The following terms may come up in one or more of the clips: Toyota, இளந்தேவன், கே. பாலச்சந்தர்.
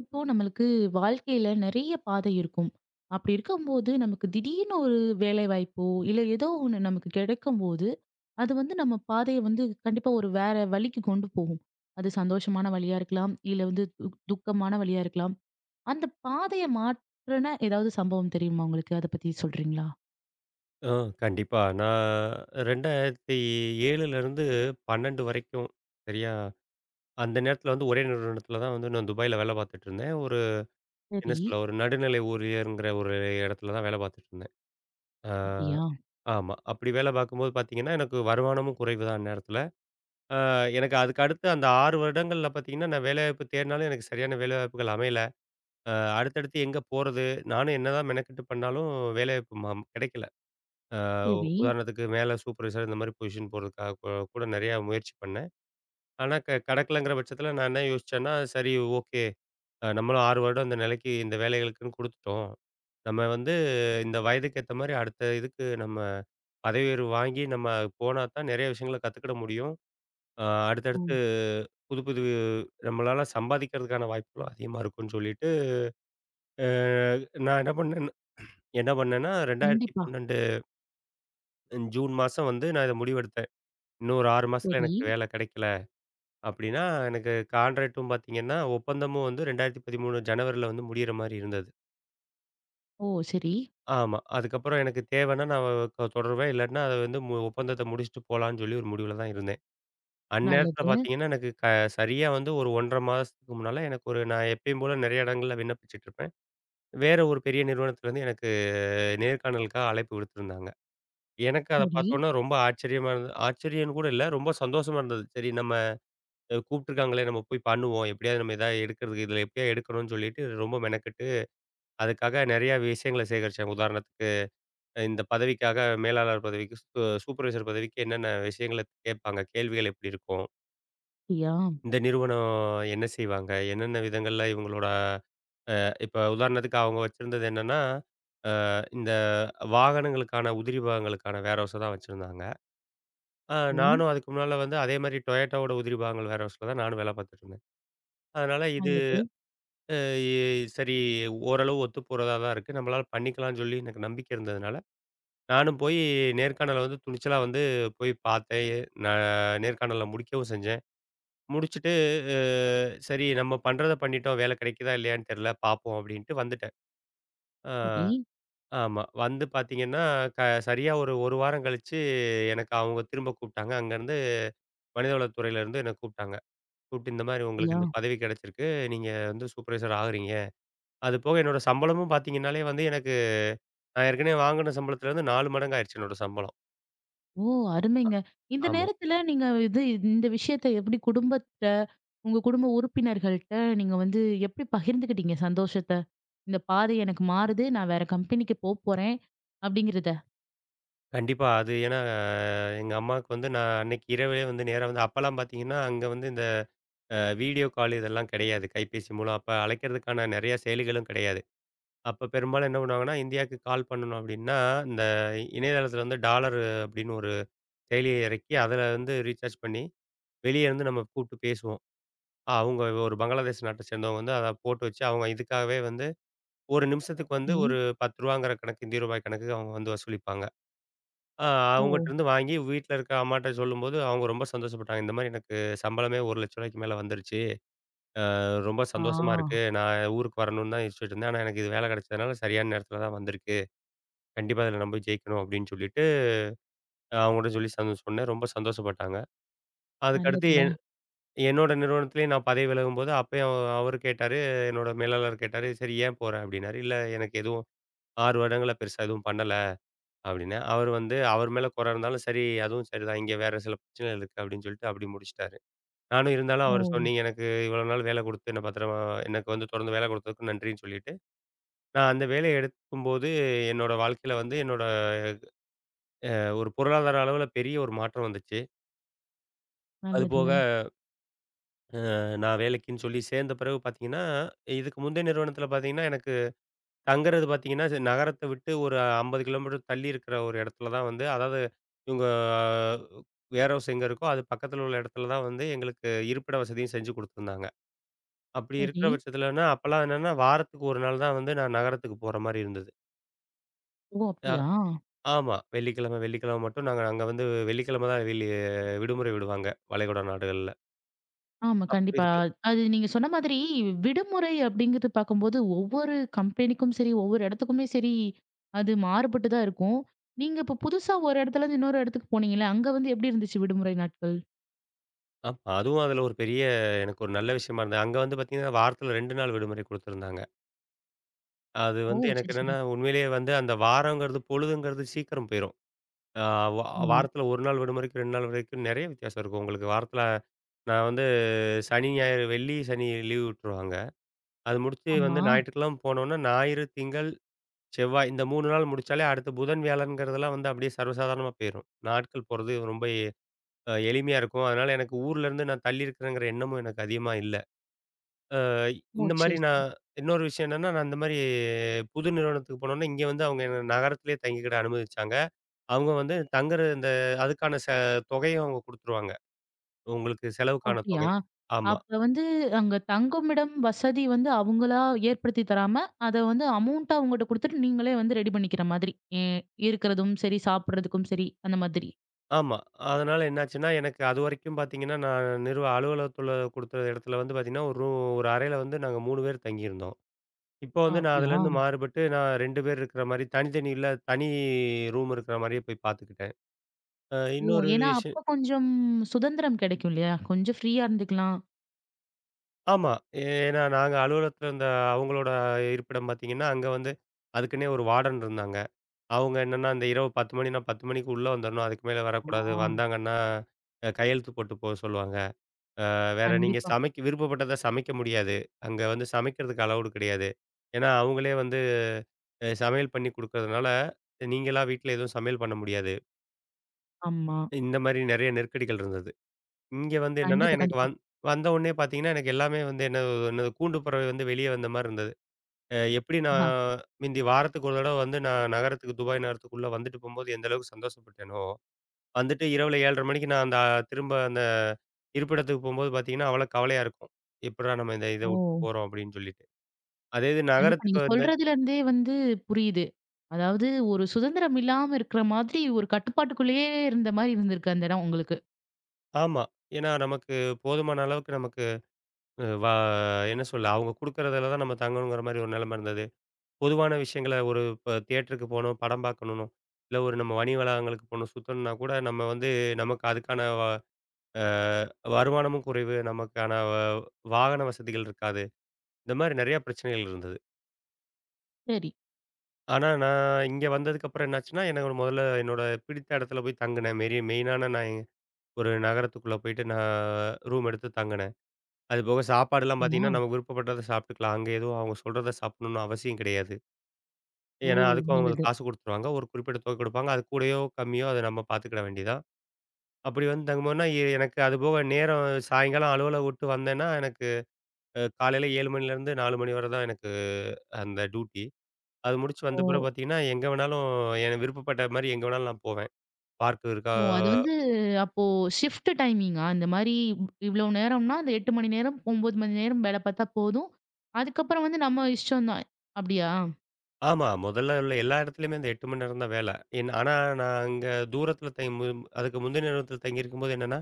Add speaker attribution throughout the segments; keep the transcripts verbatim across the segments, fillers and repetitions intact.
Speaker 1: இப்போ நம்மளுக்கு வாழ்க்கையில நெறைய பாதை இருக்கும். அப்படி இருக்கும்போது, நமக்கு திடீர்னு ஒரு வேலைவாய்ப்போ, இல்ல ஏதோ ஒண்ணு நமக்கு கிடைக்கும்போது, அது வந்து நம்ம பாதைய வந்து கண்டிப்பா ஒரு வேற வழிக்கு கொண்டு போகும். அது சந்தோஷமான வழியா இருக்கலாம். இல்ல வந்து து துக்கமான வழியா இருக்கலாம். அந்த பாதைய மாற்றுன ஏதாவது சம்பவம் தெரியுமா உங்களுக்கு? அத பத்தி சொல்றீங்களா?
Speaker 2: ஆ கண்டிப்பா. நான் இரண்டாயிரத்து ஏழிலேருந்து பன்னிரண்டு வரைக்கும் சரியா, அந்த நேரத்தில வந்து ஒரே நிறுவனத்தில தான் வந்து நான் துபாயில வேலை பார்த்துட்டுருந்தேன். ஒரு என்ன
Speaker 1: சரி.
Speaker 2: சொல்ல ஒரு நடுநிலை ஊழியர்ங்கிற ஒரு இடத்துல தான் வேலை பார்த்துட்டுருந்தேன். ஆ
Speaker 1: அப்படியா?
Speaker 2: ஆமா. அப்படி வேலை பார்க்கும்போது பார்த்தீங்கன்னா, எனக்கு வருமானமும் குறைவு தான் அந்நேரத்தில. ஆ எனக்கு அதுக்கு அடுத்து அந்த ஆறு வருடங்கள்ல பார்த்தீங்கன்னா, நான் வேலைவாய்ப்பு தேடினாலும் எனக்கு சரியான வேலைவாய்ப்புகள் அமையல. அ அடுத்தடுத்து எங்க போறது? நானும் என்னதான் மெனக்கெட்டு பண்ணாலும் வேலைவாய்ப்பு ம கிடைக்கல. அ
Speaker 1: சரி.
Speaker 2: உதாரணத்துக்கு மேல சூப்பர்வைசர் இந்த மாரி பொசிஷன் போறதுக்காக கூ கூட நிறையா முயற்சி பண்ணேன். ஆனா க கடக்கலங்கிற பட்சத்தில நான் என்ன யோசிச்சேன்னா, சரி, ஓகே, அ நம்மளும் ஆறு வருடம் இந்த நிலைக்கு இந்த வேலைகளுக்குன்னு குடுத்துட்டோம். நம்ம வந்து இந்த வயதுக்கு ஏத்த மாரி அடுத்த இதுக்கு நம்ம பதவி உயர்வு வாங்கி நம்ம போனா தான் நிறைய விஷயங்கள கத்துக்கிட முடியும். அ அடுத்தடுத்து
Speaker 1: ம்.
Speaker 2: புது புது நம்மளால சம்பாதிக்கிறதுக்கான வாய்ப்புகளும் அதிகமா இருக்கும்ன்னு சொல்லிட்டு, அ நான் என்ன பண்ணேன் என்ன பண்ணேன்னா
Speaker 1: கண்டிப்பா.
Speaker 2: இரண்டாயிரத்து பன்னிரண்டு ஜூன் மாசம் வந்து நான் இத முடிவெடுத்தேன். இன்னும் ஒரு ஆறு மாசத்துல
Speaker 1: சரி.
Speaker 2: எனக்கு வேலை கிடைக்கல அப்படின்னா, எனக்கு கான்ட்ராக்ட்டும் பார்த்தீங்கன்னா, ஒப்பந்தமும் வந்து இரண்டாயிரத்து பதிமூன்று ஜனவரில வந்து முடியிற மாரி இருந்தது.
Speaker 1: ஓ! சரி.
Speaker 2: ஆமா. அதுக்கப்புறம் எனக்கு தேவைன்னா நான் க தொடருவேன். இல்லாட்டினா அத வந்து மு ஒப்பந்தத்த முடிச்சுட்டு போலான்னு சொல்லி ஒரு முடிவுல தான் இருந்தேன். அந்நேரத்துல
Speaker 1: நல்லது.
Speaker 2: பார்த்தீங்கன்னா, எனக்கு க சரியா வந்து ஒரு ஒன்றரை மாதத்துக்கு முன்னால எனக்கு ஒரு நான் எப்பயும் போல நெறைய இடங்கள்ல விண்ணப்பிச்சுட்டு இருப்பேன். வேற ஒரு பெரிய நிறுவனத்துலேருந்து எனக்கு நேர்காணலுக்காக அழைப்பு விடுத்திருந்தாங்க. எனக்கு அத
Speaker 1: சரி.
Speaker 2: பார்த்தோன்னே ரொம்ப ஆச்சரியமா இருந்தது. ஆச்சரியம்னு கூட இல்ல. ரொம்ப சந்தோஷமா இருந்தது. சரி நம்ம அ கூப்பிட்டுருக்காங்களே! நம்ம போய் பண்ணுவோம். எப்படியாவது நம்ம எதாவது எடுக்கிறதுக்கு இதில எப்படியா எடுக்கணும்னு சொல்லிட்டு ரொம்ப மெனக்கெட்டு, அதுக்காக நெறையா விஷயங்கள சேகரிச்சேன். உதாரணத்துக்கு அஹ் இந்த பதவிக்காக மேலாளர் பதவிக்கு சூ சூப்பர்வைசர் பதவிக்கு என்னென்ன விஷயங்கள கேட்பாங்க? கேள்விகள் எப்படி இருக்கும்?
Speaker 1: அப்படியா?
Speaker 2: இந்த நிறுவனம் என்ன செய்வாங்க? என்னென்ன விதங்கள்ல இவங்களோட அ இப்ப உதாரணத்துக்கு அவங்க வச்சிருந்தது என்னன்னா, அ இந்த வாகனங்களுக்கான உதிரி பாகங்களுக்கான வேர்ஹவுஸ தான் வச்சிருந்தாங்க. அ
Speaker 1: ம்.
Speaker 2: நானும் அதுக்கு முன்னால வந்து அதே மாரி Toyotaவோட உதிரி பாகங்கள் வேர்ஹவுஸ்ல தான் நானும் வேலை பார்த்துட்டுருந்தேன். அதனால இது
Speaker 1: நல்லது.
Speaker 2: அ எ சரி ஓரளவு ஒத்து போறதா தான் இருக்கு. நம்மளால பண்ணிக்கலாம்னு சொல்லி எனக்கு நம்பிக்கை இருந்ததுனால, நானும் போய் நேர்காணல வந்து துணிச்சலா வந்து போய் பார்த்தேன். நான் நேர்காணல முடிக்கவும் செஞ்சேன். முடிச்சுட்டு அ சரி நம்ம பண்றத பண்ணிட்டோம். வேலை கிடைக்குதா இல்லையான்னு தெரியல பார்ப்போம் அப்படின்ட்டு வந்துட்டேன். ஆ
Speaker 1: சரி.
Speaker 2: ஆமா. வந்து பார்த்தீங்கன்னா, க சரியா ஒரு 1 வாரம் கழிச்சு எனக்கு அவங்க திரும்ப கூப்பிட்டாங்க. அங்கருந்து மனிதவளத் துறையிலருந்து என்ன கூப்பிட்டாங்க. கூப்பிட்டு இந்த மாரி உங்களுக்கு
Speaker 1: அப்படியா?
Speaker 2: இந்த பதவி கிடைச்சிருக்கு. நீங்க வந்து சூப்பர்வைசர் ஆகுறீங்க. அது போக என்னோட சம்பளமும் பார்த்தீங்கன்னாலே வந்து எனக்கு நான் ஏற்கனவே வாங்குன சம்பளத்துலேருந்து நாலு மடங்கு ஆயிருச்சு என்னோட சம்பளம்.
Speaker 1: ஓ! அருமைங்க. இந்த
Speaker 2: ஆமா.
Speaker 1: நேரத்துல நீங்க இது இந்த விஷயத்த எப்படி குடும்பத்த, உங்க குடும்ப உறுப்பினர்கள்ட்ட நீங்க வந்து எப்படி பகிர்ந்துக்கிட்டீங்க சந்தோஷத்த? இந்த பாதை எனக்கு மாறுது. நான் வேற கம்பெனிக்கு போ போறேன் அப்படிங்கிறத.
Speaker 2: கண்டிப்பா. அது ஏன்னா அஹ், எங்க அம்மாவுக்கு வந்து நான் அன்னைக்கு இரவே வந்து நேரா வந்து அப்பலாம் பார்த்தீங்கன்னா, அங்க வந்து இந்த அ வீடியோ கால் இதெல்லாம் கிடையாது. கைபேசி மூலம் அப்ப அழைக்கிறதுக்கான நெறைய செயலிகளும் கிடையாது. அப்ப பெரும்பாலும் என்ன பண்ணுவாங்கன்னா, இந்தியாவுக்கு கால் பண்ணணும் அப்டின்னா, இந்த இணையதளத்துல வந்து டாலர் அப்டின்னு ஒரு செயலிய இறக்கி அதில வந்து ரீசார்ஜ் பண்ணி, வெளிய இருந்து நம்ம கூப்பிட்டு பேசுவோம். அஹ் அவங்க ஒரு பங்களாதேஷ் நாட்ட சேர்ந்தவங்க வந்து அத போட்டு வச்சு அவங்க இதுக்காகவே வந்து ஒரு நிமிஷத்துக்கு வந்து
Speaker 1: சரி.
Speaker 2: ஒரு ரூ. பத்தெங்கிற கணக்கு, ரூ. இருபது கணக்கு அவங்க வந்து வசூலிப்பாங்க. அ
Speaker 1: ஓ!
Speaker 2: அவங்கட்டருந்து வாங்கி வீட்ல இருக்க அம்மாட்ட சொல்லும்போது, அவங்க ரொம்ப சந்தோஷப்பட்டாங்க. இந்த மாரி எனக்கு சம்பளமே ரூ. ஒரு லட்சத்துக்கு மேல வந்துருச்சு. அ ரொம்ப சந்தோஷமா இருக்கு.
Speaker 1: ஆ
Speaker 2: நான் ஊருக்கு வரணும்னு தான் யோசிச்சுட்டு இருந்தேன். ஆனா எனக்கு இது வேலை கிடைச்சதுனால சரியான நேரத்துல தான் வந்திருக்கு. கண்டிப்பா இதுல நம்ம ஜெயிக்கணும் அப்படின்னு சொல்லிட்டு, அவங்கட்ட சொல்லி சந் சொன்னேன். ரொம்ப சந்தோஷப்பட்டாங்க. அதுக்கடுத்து
Speaker 1: நல்லதுங்க.
Speaker 2: என் என்னோட நிறுவனத்திலேயே நான் பதவி விலகும்போது, அப்பயும் அவ அவரு கேட்டாரு, என்னோட மேலாளர் கேட்டாரு, "சரி ஏன் போற?" அப்படின்னாரு. "இல்ல எனக்கு எதுவும் ஆறு வருடங்களா பெருசா எதுவும் பண்ணல." அப்டின்னு. அவரு வந்து அவர் மேல குறை இருந்தாலும், "சரி அதுவும் சரிதான். இங்க வேற சில பிரச்சனைகள் இருக்கு." அப்படின்னு சொல்லிட்டு அப்படி முடிச்சுட்டாரு. நானும் இருந்தாலும்
Speaker 1: ஓ!
Speaker 2: அவரு சொ "நீங்க எனக்கு இவ்வளோ நாள் வேலை குடுத்து, என்ன பத்திரமா எனக்கு வந்து தொடர்ந்து வேலை குடுத்ததுக்கு நன்றின்னு" சொல்லிட்டு, நான் அந்த வேலைய எடுக்கும்போது, என்னோட வாழ்க்கையில வந்து என்னோட ஒரு பொருளாதார அளவுல பெரிய ஒரு மாற்றம் வந்துச்சு. அதுபோக
Speaker 1: நல்லதுங்க.
Speaker 2: நான் வேலைக்குன்னு சொல்லி சேர்ந்த பிறகு பாத்தீங்கன்னா, இதுக்கு முந்தைய நிறுவனத்தில பாத்தீங்கன்னா, எனக்கு தங்குறது பார்த்தீங்கன்னா, ச நகரத்த விட்டு ஒரு ஐம்பது கிலோமீட்டர் தள்ளி இருக்கிற ஒரு இடத்துல தான் வந்து அதாவது இவங்க வேர் ஹவுஸ் எங்க இருக்கோ, அது பக்கத்துல உள்ள இடத்துல தான் வந்து எங்களுக்கு இருப்பிட வசதியும் செஞ்சு குடுத்துருந்தாங்க. அப்படி
Speaker 1: சரி.
Speaker 2: இருக்கிற பட்சத்துலன்னா, அப்பலாம் என்னன்னா வாரத்துக்கு ஒரு நாள் தான் வந்து நான் நகரத்துக்கு போற மாரி இருந்தது.
Speaker 1: ஓ!
Speaker 2: அ
Speaker 1: அப்படியா?
Speaker 2: ஆமா. வெள்ளிக்கிழமை வெள்ளிக்கிழமை மட்டும் நாங்க அங்க வந்து வெள்ளிக்கிழமை தான் வெளி விடுமுறை விடுவாங்க, வளைகுடா நாடுகள்ல.
Speaker 1: ஆமா.
Speaker 2: அப்படி
Speaker 1: கண்டிப்பா.
Speaker 2: இருக்கு.
Speaker 1: அது நீங்க சொன்ன மாதிரி விடுமுறை அப்படிங்கிறது பார்க்கும்போது, ஒவ்வொரு கம்பெனிக்கும் சரி, ஒவ்வொரு இடத்துக்குமே சரி, அது மாறுபட்டு தான் இருக்கும். நீங்க இப்ப புதுசா ஒரு இடத்துலருந்து இன்னொரு இடத்துக்கு போனீங்கல்ல, அங்க வந்து எப்படி இருந்துச்சு விடுமுறை நாட்கள்?
Speaker 2: ஆமா. அதுவும் அதுல ஒரு பெரிய எனக்கு ஒரு நல்ல விஷயமா இருந்தது. அங்க வந்து பார்த்தீங்கன்னா, வாரத்துல ரெண்டு நாள் விடுமுறை குடுத்துருந்தாங்க. அது
Speaker 1: ஓ!
Speaker 2: வந்து எனக்கு
Speaker 1: சரி, சரி.
Speaker 2: என்னன்னா, உண்மையிலேயே வந்து அந்த வாரங்கிறது, பொழுதுங்கிறது சீக்கிரம் போயிரும். ஆ வா
Speaker 1: ஆமா,
Speaker 2: வாரத்தில ஒரு நாள் விடுமுறைக்கும், ரெண்டு நாள் வரைக்கும் நெறைய வித்தியாசம் இருக்கும். உங்களுக்கு வாரத்தில நான் வந்து சனி, ஞாயிறு வெள்ளி, சனி லீவ் விட்டுருவாங்க. அது முடிச்சு வந்து
Speaker 1: ஆமா.
Speaker 2: ஞாயிற்றுக்கிழமை போனோம்னா, ஞாயிறு, திங்கள், செவ்வாய் இந்த மூணு நாள் முடிச்சாலே, அடுத்து புதன், வியாழன்கிறதெல்லாம் வந்து அப்படியே சர்வசாதாரணமா போயிரும். நாட்கள் போறது ரொம்ப எ அஹ் எளிமையா இருக்கும். அதனால எனக்கு ஊர்லேருந்து நான் தள்ளி இருக்கிறேங்கிற எண்ணமும் எனக்கு அதிகமா இல்ல. அ
Speaker 1: ஓ!
Speaker 2: இந்த மாரி
Speaker 1: சரி, சரி.
Speaker 2: நான் இன்னொரு விஷயம் என்னன்னா, நான் இந்த மாரி புது நிறுவனத்துக்கு போனோனே, இங்க வந்து அவங்க என்ன நகரத்திலேயே தங்கிக்கிட அனுமதிச்சாங்க. அவங்க வந்து தங்குற இந்த அதுக்கான ச தொகையும் அவங்க குடுத்துருவாங்க. உங்களுக்கு
Speaker 1: ஓ!
Speaker 2: செலவுக்கான
Speaker 1: அப்படியா?
Speaker 2: தொகை. ஆமா,
Speaker 1: அப்ப வந்து அங்க தங்குமிடம் வசதி வந்து அவங்களா ஏற்படுத்தி தராம, அத வந்து அமௌண்ட்டா அவங்கட்ட குடுத்துட்டு, நீங்களே வந்து ரெடி பண்ணிக்கிற மாதிரி. எ இருக்கிறதும் சரி, சாப்பிடுறதுக்கும் சரி, அந்த மாதிரி.
Speaker 2: ஆமா. அதனால என்னாச்சுன்னா, எனக்கு அதுவரைக்கும் பார்த்தீங்கன்னா, நான் நிறுவ அலுவலகத்துல குடுத்த இடத்துல வந்து பார்த்தீங்கன்னா, ஒரு ரூ ஒரு அறையில வந்து நாங்க மூணு பேர் தங்கியிருந்தோம். இப்போ
Speaker 1: ஆ
Speaker 2: வந்து நான்
Speaker 1: அப்படியா?
Speaker 2: அதுலேருந்து மாறுபட்டு நான் ரெண்டு பேர் இருக்கிற மாரி தனித்தனி இல்ல, தனி ரூம் இருக்கிற மாரியே போய் பார்த்துக்கிட்டேன். அ
Speaker 1: ஓ!
Speaker 2: இன்னொரு
Speaker 1: ஏன்னா
Speaker 2: விஷயம்
Speaker 1: அப்ப கொஞ்சம் சுதந்திரம் கிடைக்கும் இல்லையா? கொஞ்சம் ஃப்ரீயா இருந்துக்கலாம்.
Speaker 2: ஆமா. ஏன்னா நாங்க அலுவலகத்துல இருந்த அவங்களோட இருப்பிடம் பார்த்தீங்கன்னா, அங்க வந்து அதுக்குன்னே ஒரு வார்டன் இருந்தாங்க. அவங்க என்னன்னா, அந்த இரவு பத்து மணினா பத்து மணிக்கு உள்ள வந்துரணும். அதுக்கு மேல
Speaker 1: ஆ,
Speaker 2: வரக்கூடாது. வந்தாங்கன்னா, அ கையெழுத்து போட்டு போக சொல்லுவாங்க. அஹ், வேற நீங்க
Speaker 1: கண்டிப்பா.
Speaker 2: சமைக்க விருப்பப்பட்டத சமைக்க முடியாது. அங்க வந்து சமைக்கிறதுக்கு அலவுடு கிடையாது. ஏன்னா அவங்களே வந்து அ சமையல் பண்ணி குடுக்கறதுனால, நீங்களா வீட்ல எதுவும் சமையல் பண்ண முடியாது.
Speaker 1: ஆமா.
Speaker 2: இந்த மாரி நெறைய நெருக்கடிகள் இருந்தது. இங்க வந்து என்னன்னா,
Speaker 1: கண்டிப்பா,
Speaker 2: எனக்கு
Speaker 1: கண்டிப்பா.
Speaker 2: வந் வந்த உடனே பார்த்தீங்கன்னா, எனக்கு எல்லாமே வந்து என்ன என்னது கூண்டு பறவை வந்து வெளிய வந்த மாரி இருந்தது. அ எப்படி நான்
Speaker 1: ஆ.
Speaker 2: மிந்தி வாரத்துக்கு ஒரு தடவ வந்து நான் நகரத்துக்கு துபாய் நகரத்துக்குள்ள வந்துட்டு போம்போது எந்த அளவுக்கு சந்தோஷப்பட்டேனோ, வந்துட்டு இரவுல ஏழரை மணிக்கு நான் அந்த திரும்ப அந்த இருப்பிடத்துக்கு போம்போது பார்த்தீங்கன்னா, அவ்வளோ கவலையா இருக்கும். எப்புட்றா நம்ம இந்த இத
Speaker 1: ஓ!
Speaker 2: விட்டு போறோம் அப்படின்னு சொல்லிட்டு. அதே இது
Speaker 1: கண்டிப்பா.
Speaker 2: நகரத்துக்கு
Speaker 1: நீங்க
Speaker 2: வந்து
Speaker 1: சொல்றதுல இருந்தே வந்து புரியுது. அதாவது ஒரு சுதந்திரம் இல்லாம இருக்கிற மாதிரி ஒரு கட்டுப்பாட்டுக்குள்ளேயே இருந்த மாரி இருந்திருக்கு அந்த இடம் உங்களுக்கு.
Speaker 2: ஆமா. ஏன்னா நமக்கு போதுமான அளவுக்கு நமக்கு அ வா என்ன சொல்ல, அவங்க குடுக்குறதுல தான் நம்ம தங்கணுங்கிற மாரி ஒரு நிலைமை இருந்தது. பொதுவான விஷயங்கள ஒரு இப்ப தியேட்டருக்கு போணும், படம் பார்க்கணும்னோ, இல்ல ஒரு நம்ம வணிக வளாகங்களுக்கு போணும், சுத்தணும்னா கூட நம்ம வந்து நமக்கு அதுக்கான வ அ வருமானமும் குறைவு. நமக்கான வ வாகன வசதிகள் இருக்காது. இந்த மாரி நெறையா பிரச்சனைகள் இருந்தது.
Speaker 1: சரி.
Speaker 2: ஆனா, நான் இங்க வந்ததுக்கப்புறம் என்னாச்சுன்னா, எனக்கு ஒரு முதல்ல என்னோட பிடித்த இடத்துல போய் தங்குனேன். மெரி மெயினான நான் எங்க- ஒரு நகரத்துக்குள்ள போயிட்டு நான் ரூம் எடுத்து தங்குனேன். அதுபோக சாப்பாடுலாம்
Speaker 1: அப்படியா?
Speaker 2: பார்த்தீங்கன்னா, நமக்கு விருப்பப்பட்டத சாப்பிட்டுக்கலாம். அங்க எதுவும் அவங்க சொல்றத சாப்பிடணும்னு அவசியம் கிடையாது.
Speaker 1: ஓ!
Speaker 2: ஏன்னா, அதுக்கும் அவங்க
Speaker 1: நல்லது.
Speaker 2: காசு குடுத்துருவாங்க. ஒரு குறிப்பிட்ட தொகை குடுப்பாங்க. அது கூடயோ, கம்மியோ அத நம்ம பார்த்துக்கிட வேண்டியது தான். அப்படி வந்து தங்கும்போதுனா, எ எனக்கு அதுபோக நேரம் சாயங்காலம் அலுவல விட்டு வந்தேன்னா, எனக்கு அ காலையில ஏழு மணிலேருந்து நாலு மணி வரை தான் எனக்கு அந்த டியூட்டி. அது முடிச்சு
Speaker 1: ஓ!
Speaker 2: வந்த பிறகு பார்த்தீங்கன்னா, எங்க வேணாலும் எனக்கு விருப்பப்பட்ட மாரி எங்க வேணாலும் நான் போவேன். பார்க் இருக்கா
Speaker 1: ஓ! அது வந்து அப்போ ஷிஃப்ட் டைமிங்கா? இந்த மாரி இவ்ளோ நேரம்னா, அந்த எட்டு மணி நேரம், ஒன்பது மணி நேரம் வேலை பார்த்தா போதும். அதுக்கப்புறம் வந்து நம்ம இஷ்டம் தான். அப்படியா?
Speaker 2: ஆமா. முதல்ல உள்ள எல்லா இடத்துலயுமே அந்த எட்டு மணி நேரம் தான் வேலை. என் ஆனா நான் அங்க தூரத்தில தங்கி அதுக்கு முந்தின நேரத்தில தங்கியிருக்கும்போது என்னன்னா,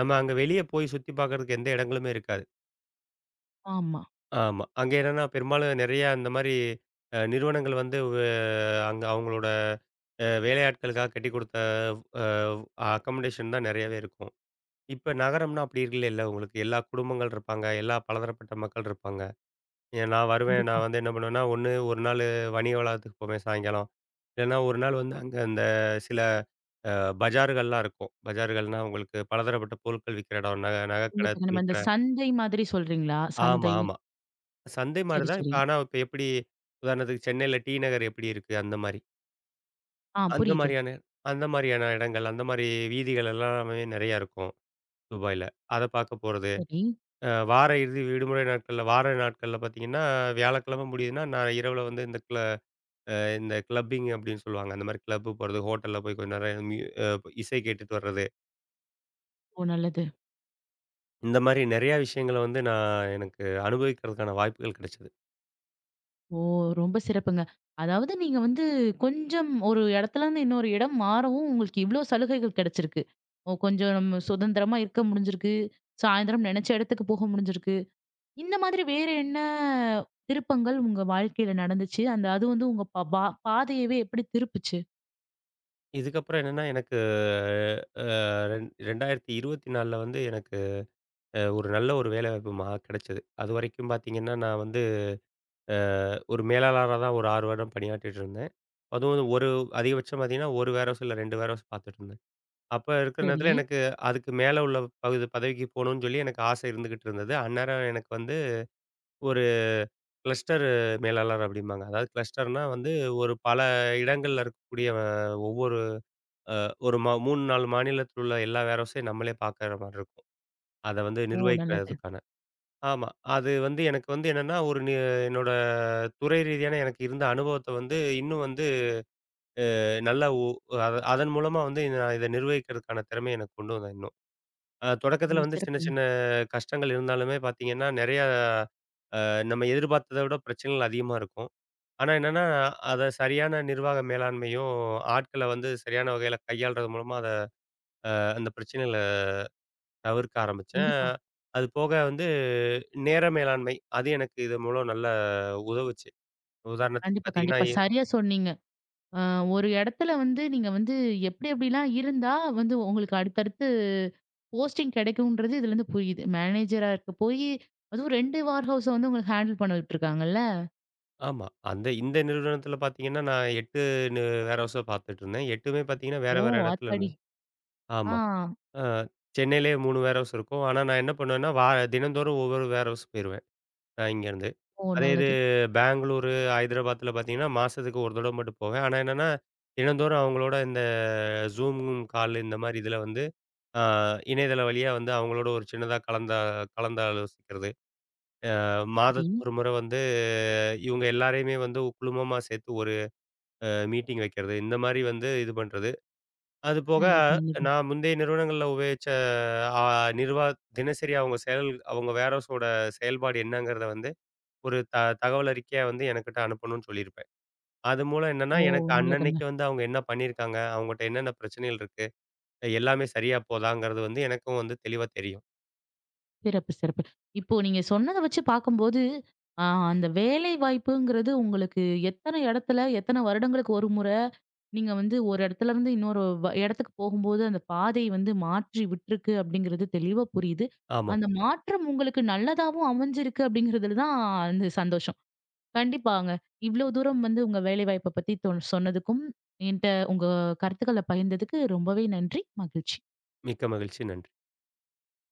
Speaker 2: நம்ம அங்க வெளிய போய் சுத்தி பார்க்கறதுக்கு எந்த இடங்களுமே இருக்காது.
Speaker 1: ஆமா.
Speaker 2: ஆமா. அங்க என்னன்னா பெரும்பாலும் நெறைய அந்த மாரி அ நிறுவனங்கள் வந்து வ அங்க அவங்களோட அ வேலையாட்களுக்காக கட்டிக் குடுத்த அ அக்கமோடேஷன் தான் நெறையாவே இருக்கும். இப்ப நகரம்னா அப்படி இல்லைல்ல உங்களுக்கு. எல்லா குடும்பங்கள் இருப்பாங்க. எல்லா பலதரப்பட்ட மக்கள் இருப்பாங்க. ஏ நான் வருவேன்.
Speaker 1: கண்டிப்பா,
Speaker 2: நான் வந்து என்ன பண்ணுவேன்னா, ஒண்ணு ஒரு நாள் வணிக வளாகத்துக்கு போவேன் சாயங்காலம். இல்லன்னா ஒரு நாள் வந்து அங்க அந்த சில அ பஜார்கள்லாம் இருக்கும். பஜார்கள்னா உங்களுக்கு பலதரப்பட்ட பொருட்கள் விக்கிற இடம். நகை நகைக்கடை,
Speaker 1: கண்டிப்பா. கண்டிப்பா. இந்த
Speaker 2: துணிக்கடை.
Speaker 1: சந்தை மாதிரி சொல்றீங்களா?
Speaker 2: ஆமா,
Speaker 1: சந்தை.
Speaker 2: ஆமா. சந்தை மாரி
Speaker 1: சரி,
Speaker 2: தான். இப்ப
Speaker 1: சரி.
Speaker 2: ஆனா இப்ப எப்படி உதாரணத்துக்கு சென்னையில டி நகர் எப்படி இருக்கு? அந்த மாரி.
Speaker 1: ஆ
Speaker 2: அந்த
Speaker 1: புரியுது.
Speaker 2: மாரியான அந்த மாரியான இடங்கள், அந்த மாரி வீதிகள் எல்லாமே நெறையா இருக்கும், துபாய்ல. அத பார்க்க போறது.
Speaker 1: சரி.
Speaker 2: அ வார இறுதி விடுமுறை நாட்கள்ல, வார நாட்கள்ல பார்த்தீங்கன்னா, வியாழக்கிழமை முடியுதுன்னா, நான் இரவுல வந்து இந்த கிள அ இந்த கிளப்பிங் அப்படின்னு சொல்லுவாங்க. அந்த மாரி கிளப்பு போறது, ஹோட்டல்ல போய் கொஞ்ச நேரம் மியூ அ இசை கேட்டுட்டு வர்றது.
Speaker 1: ஓ! நல்லது.
Speaker 2: இந்த மாரி நெறையா விஷயங்கள வந்து நான் எனக்கு அனுபவிக்கிறதுக்கான வாய்ப்புகள் கிடைச்சது.
Speaker 1: ஓ! ரொம்ப சிறப்புங்க. அதாவது நீங்க வந்து கொஞ்சம் ஒரு இடத்துலருந்து இன்னொரு இடம் மாறவும் உங்களுக்கு இவ்ளோ சலுகைகள் கிடைச்சிருக்கு. ஓ! கொஞ்சம் நம்ம சுதந்திரமா இருக்க முடிஞ்சிருக்கு. சாயந்தரம் நினைச்ச இடத்துக்கு போக முடிஞ்சிருக்கு. இந்த மாதிரி வேற என்ன திருப்பங்கள் உங்க வாழ்க்கையில நடந்துச்சு? அந்த அது வந்து உங்க ப பா பாதையவே எப்படி திருப்புச்சு?
Speaker 2: இதுக்கப்புறம் என்னன்னா, எனக்கு அ ரெண் இரண்டாயிரத்து இருபத்தி நான்கில் வந்து எனக்கு அ ஒரு நல்ல ஒரு வேலைவாய்ப்பு மா கிடைச்சது. அதுவரைக்கும் பார்த்தீங்கன்னா, நான் வந்து அ ஒரு மேலாளரா தான் ஒரு ஆறு வருடம் பணியாற்றிட்டு இருந்தேன். அதுவும் ஒரு அதிகபட்சம் பார்த்தீங்கன்னா, ஒரு வேர் ஹவுஸ் இல்ல ரெண்டு வேர் ஹவுஸ் பார்த்துட்டு இருந்தேன். அப்ப இருக்கிற
Speaker 1: சரி.
Speaker 2: நேரத்துல எனக்கு அதுக்கு மேல உள்ள பகுதி பதவிக்கு போணும்னு சொல்லி எனக்கு ஆசை இருந்துகிட்டு இருந்தது. அந்நேரம் எனக்கு வந்து ஒரு கிளஸ்டர் மேலாளர் அப்படிம்பாங்க. அதாவது கிளஸ்டர்னா வந்து ஒரு பல இடங்கள்ல இருக்கக்கூடிய அஹ், ஒவ்வொரு அ ஒரு ம மூணு, நாலு மாநிலத்தில் உள்ள எல்லா வேரோஸையும் நம்மளே பார்க்குற மாரி இருக்கும். அத வந்து
Speaker 1: ஓ! நல்லது.
Speaker 2: நிர்வகிக்கிறதுக்கான. ஆமா. அது வந்து எனக்கு வந்து என்னன்னா, ஒரு நி என்னோட துறை ரீதியான எனக்கு இருந்த அனுபவத்த வந்து இன்னும் வந்து நல்லா உ அ அதன் மூலமா வந்து நான் இத நிர்வகிக்கிறதுக்கான திறமைய எனக்கு கொண்டு வந்தேன் இன்னும். அ
Speaker 1: ஓ!
Speaker 2: தொடக்கத்தில வந்து சின்ன
Speaker 1: சிறப்புங்க.
Speaker 2: சின்ன கஷ்டங்கள் இருந்தாலுமே பார்த்தீங்கன்னா, நெறையா அ நம்ம எதிர்பார்த்தத விட பிரச்சனைகள் அதிகமா இருக்கும். ஆனா என்னன்னா, அத சரியான நிர்வாக மேலாண்மையும், ஆட்கள வந்து சரியான வகையில கையாள்றது மூலமா அத அந்த பிரச்சனைகள தவிர்க்க ஆரம்பிச்சேன்.
Speaker 1: கண்டிப்பா.
Speaker 2: அது போக வந்து நேர மேலாண்மை, அது எனக்கு இது மூலம் நல்லா உதவுச்சு. உதாரணத்துக்கு
Speaker 1: கண்டிப்பா,
Speaker 2: பார்த்தீங்கன்னா
Speaker 1: கண்டிப்பா.
Speaker 2: எ
Speaker 1: சரியா சொன்னீங்க. அ ஒரு இடத்துல வந்து நீங்க வந்து எப்படி எப்படிலாம் இருந்தா வந்து உங்களுக்கு அடுத்தடுத்து போஸ்டிங் கிடைக்கும்ன்றது இதுலருந்து புரியுது. மேனேஜரா இருக்க போயி, அதுவும் ரெண்டு வேர் ஹவுஸ வந்து உங்களுக்கு ஹேண்டில் பண்ண விட்டுருக்காங்கல்ல.
Speaker 2: ஆமா. அந்த இந்த நிறுவனத்தில பார்த்தீங்கன்னா, நான் எட்டு நு வேர் ஹவுஸா பார்த்துட்டு இருந்தேன். எட்டுமே பார்த்தீங்கன்னா வேற
Speaker 1: ஓ!
Speaker 2: வேற இடத்துல
Speaker 1: ஆத்தாடி!
Speaker 2: இருந்தது.
Speaker 1: ஆ.
Speaker 2: ஆமா. ஆ சென்னையிலேயே மூணு வேர் ஹவுஸ் இருக்கும். ஆனா, நான் என்ன பண்ணுவேன்னா, வா தினந்தோறும் ஒவ்வொரு வேர் ஹவுஸ் போயிருவேன். நான் இங்கேருந்து.
Speaker 1: ஓ
Speaker 2: அதே இது
Speaker 1: நல்லது.
Speaker 2: பெங்களூரு, ஹைதராபாத்ல பார்த்தீங்கன்னா, மாசத்துக்கு ஒரு தடவ மட்டும் போவேன். ஆனா என்னன்னா, தினந்தோறும் அவங்களோட இந்த Zoom கால் இந்த மாரி இதில வந்து ஆ இணையதளம் வழியா வந்து அவங்களோட ஒரு சின்னதா கலந்தா கலந்தாலோசிக்கிறது. அ
Speaker 1: சரி.
Speaker 2: மாதத்துக்கு ஒரு முறை வந்து இவங்க எல்லாரையுமே வந்து குழுமமா சேர்த்து ஒரு அ மீட்டிங் வைக்கிறது. இந்த மாரி வந்து இது பண்றது. அது போக,
Speaker 1: நல்லது, நல்லது.
Speaker 2: நான் முந்தைய நிறுவனங்கள்ல உபயோகிச்ச அ நிர்வா தினசரி அவங்க செயல் அவங்க வேரோஸோட செயல்பாடு என்னங்கிறத வந்து, ஒரு த தகவல் அறிக்கையா வந்து எனக்கிட்ட அனுப்பணும்னு சொல்லியிருப்பேன். அது மூலம் என்னன்னா,
Speaker 1: ஓ!
Speaker 2: எனக்கு
Speaker 1: நல்லது,
Speaker 2: அன்னன்னைக்கு வந்து அவங்க என்ன பண்ணியிருக்காங்க, அவங்கட்ட என்னென்ன பிரச்சனைகள் இருக்கு, எல்லாமே சரியா போதாங்கிறது வந்து எனக்கும் வந்து தெளிவா தெரியும்.
Speaker 1: சிறப்பு, சிறப்பு. இப்போ நீங்க சொன்னத வச்சு பார்க்கும்போது, ஆ அந்த வேலை வாய்ப்புங்கிறது உங்களுக்கு எத்தன இடத்துல, எத்தன வருடங்களுக்கு ஒரு முறை, நீங்க வந்து ஒரு இடத்துல இருந்து இன்னொரு வ இடத்துக்கு போகும்போது, அந்த பாதை வந்து மாற்றி விட்டுருக்கு அப்படிங்கிறது தெளிவா புரியுது.
Speaker 2: ஆமா.
Speaker 1: அந்த மாற்றம் உங்களுக்கு நல்லதாவும் அமைஞ்சிருக்கு அப்படிங்கிறதுல தான் அந்த சந்தோஷம். கண்டிப்பாங்க. இவ்வளோ தூரம் வந்து உங்க வேலை வாய்ப்ப பத்தி தொ சொன்னதுக்கும், என்ட்ட உங்க கருத்துக்கள பகிர்ந்ததுக்கு ரொம்பவே நன்றி. மகிழ்ச்சி.
Speaker 2: மிக்க மகிழ்ச்சி. நன்றி.